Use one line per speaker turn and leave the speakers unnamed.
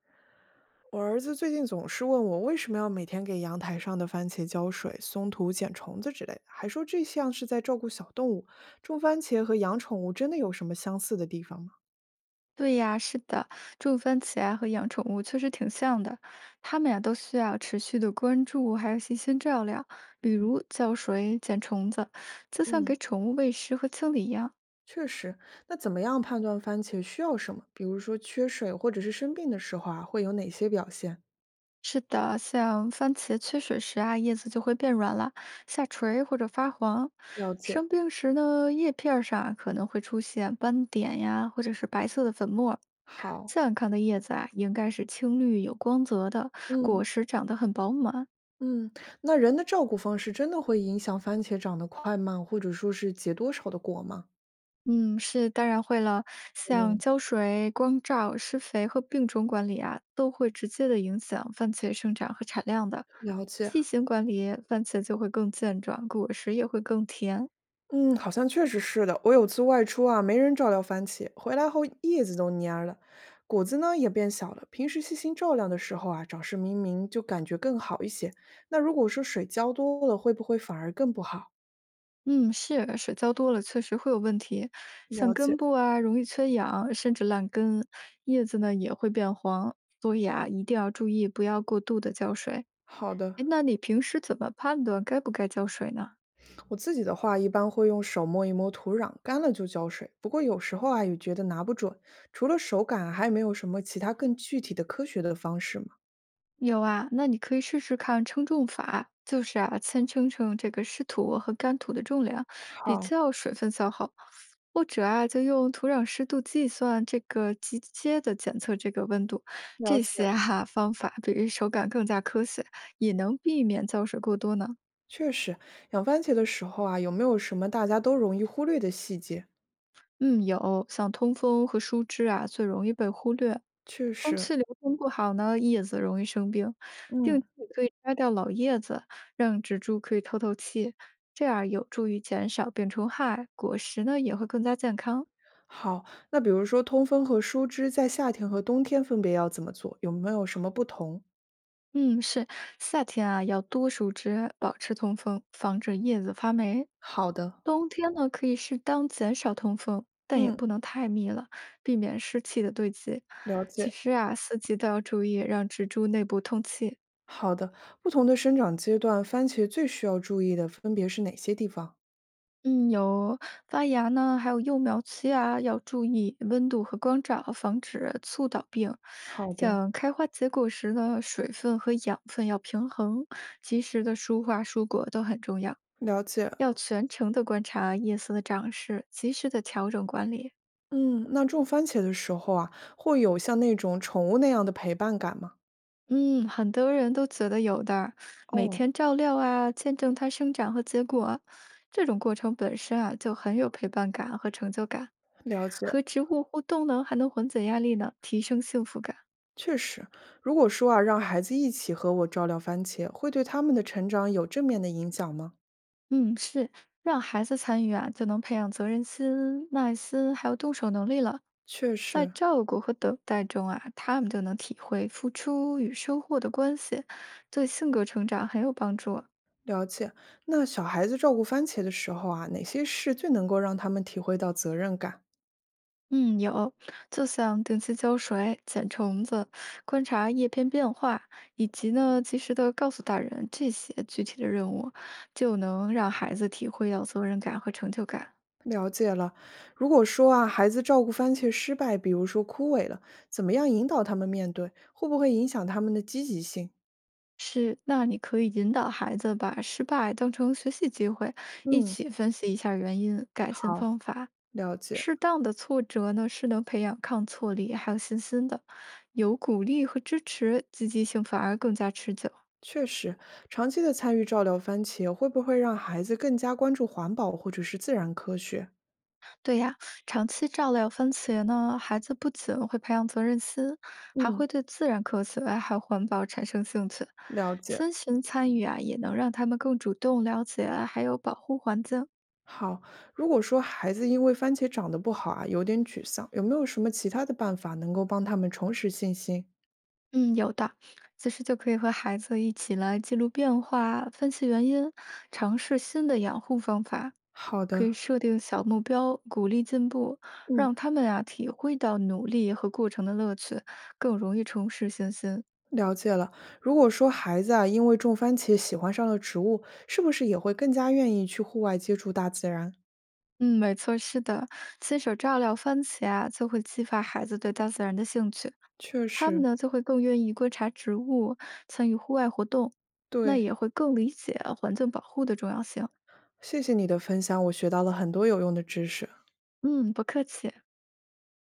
我儿子最近总是问我为什么要每天给阳台上的番茄浇水、松土、捡虫子之类的，还说这像是在照顾小动物。种番茄和养宠物真的有什么相似的地方吗？
对呀，是的，种番茄啊和养宠物确实挺像的，它们呀都需要持续的关注，还有细心照料，比如浇水、捡虫子，就像
嗯，
给宠物喂食和清理一样。
确实。那怎么样判断番茄需要什么？比如说缺水或者是生病的时候啊，会有哪些表现？
是的，像番茄缺水时啊，叶子就会变软了，下垂或者发黄；
了解。
生病时呢，叶片儿上啊可能会出现斑点呀，或者是白色的粉末。
好。
健康的叶子啊，应该是青绿有光泽的，果
嗯
实长得很饱满。
嗯，那人的照顾方式真的会影响番茄长得快慢，或者说是结多少的果吗？
嗯，是，当然会了。像
嗯，
浇水、光照、施肥和病虫管理啊，都会直接的影响番茄生长和产量的。
了解。
细心管理，番茄就会更健壮，果实也会更甜。
嗯，好像确实是的。我有次外出啊，没人照料番茄，回来后叶子都蔫儿了，果子呢也变小了。平时细心照料的时候啊，长势明明就感觉更好一些。那如果说水浇多了，会不会反而更不好？
嗯，是，水浇多了确实会有问题，像
了
根
解。
部啊容易缺氧，甚至烂根，叶子呢也会变黄。所以啊，一定要注意不要过度的浇水。
好的，
诶那你平时怎么判断该不该浇水呢？
我自己的话一般会用手摸一摸土壤，干了就浇水。不过有时候啊，也觉得拿不准。除了手感，还有没有什么其他更具体的科学的方式吗？
有啊，那你可以试试看称重法，就是啊，先称称这个湿土和干土的重量，比
好，
较水分消耗，或者啊，就用土壤湿度计算这个直接的检测这个温度，
了
这些
解。
哈、方法比手感更加科学，也能避免浇水过多呢。
确实，养番茄的时候啊，有没有什么大家都容易忽略的细节？
嗯，有，像通风和疏枝啊，最容易被忽略。
确
空
实，
气流通不好呢，叶子容易生病。定
嗯，
期可以摘掉老叶子，让植株可以透透气，这样有助于减少病虫害，果实呢也会更加健康。
好，那比如说通风和疏枝在夏天和冬天分别要怎么做？有没有什么不同？
嗯，是，夏天啊，要多树枝，保持通风，防止叶子发霉。
好的，
冬天呢，可以适当减少通风，但也
嗯，
不能太密了，避免湿气的堆积。
了
其
解。
实啊，四季都要注意，让植株内部通气。
好的，不同的生长阶段，番茄最需要注意的分别是哪些地方？
嗯，有发芽呢，还有幼苗期啊，要注意温度和光照，防止促倒病。
好的，
像开花结果时呢，水分和养分要平衡，及时的疏花疏果都很重要。
了解。
要全程的观察夜色的长势，及时的调整管理。
嗯，那种番茄的时候啊，会有像那种宠物那样的陪伴感吗？
嗯，很多人都觉得有的，每
哦，
天照料啊，见证它生长和结果，这种过程本身啊就很有陪伴感和成就感。
了解。
和植物互动呢，还能缓解压力呢，提升幸福感。
确实，如果说啊，让孩子一起和我照料番茄，会对他们的成长有正面的影响吗？
嗯，是。让孩子参与啊，就能培养责任心、耐心，还有动手能力了。
确
在
实，
照顾和等待中啊，他们就能体会付出与收获的关系，对性格成长很有帮助。
了解。那小孩子照顾番茄的时候啊，哪些事最能够让他们体会到责任感？
嗯，有，就像定期浇水、捡虫子、观察叶片变化，以及呢及时的告诉大人这些具体的任务，就能让孩子体会到责任感和成就感。
了解了。如果说啊，孩子照顾番茄失败，比如说枯萎了，怎么样引导他们面对？会不会影响他们的积极性？
是，那你可以引导孩子把失败当成学习机会，一
嗯，
起分析一下原因，改进
好，
方法，
了解。
适当的挫折呢，是能培养抗挫力还有信心的。有鼓励和支持，积极性反而更加持久。
确实，长期的参与照料番茄，会不会让孩子更加关注环保或者是自然科学？
对呀，长期照料番茄呢，孩子不仅会培养责任心，还
嗯，
会对自然科学还有环保产生兴趣。
了解。
亲情参与啊，也能让他们更主动了解还有保护环境。
好，如果说孩子因为番茄长得不好啊，有点沮丧，有没有什么其他的办法能够帮他们重拾信心？
嗯，有的，其实就可以和孩子一起来记录变化，分析原因，尝试新的养护方法。
好
可以
的，
设定小目标，鼓励进步，让
嗯，
他们啊体会到努力和过程的乐趣，更容易重拾信心。
了解了。如果说孩子啊，因为种番茄喜欢上了植物，是不是也会更加愿意去户外接触大自然？
嗯，没错，是的，亲手照料番茄啊，就会激发孩子对大自然的兴趣，
确
他们
实，
呢就会更愿意观察植物，参与户外活动，那
对。
也会更理解环境保护的重要性。
谢谢你的分享，我学到了很多有用的知识。
嗯，不客气。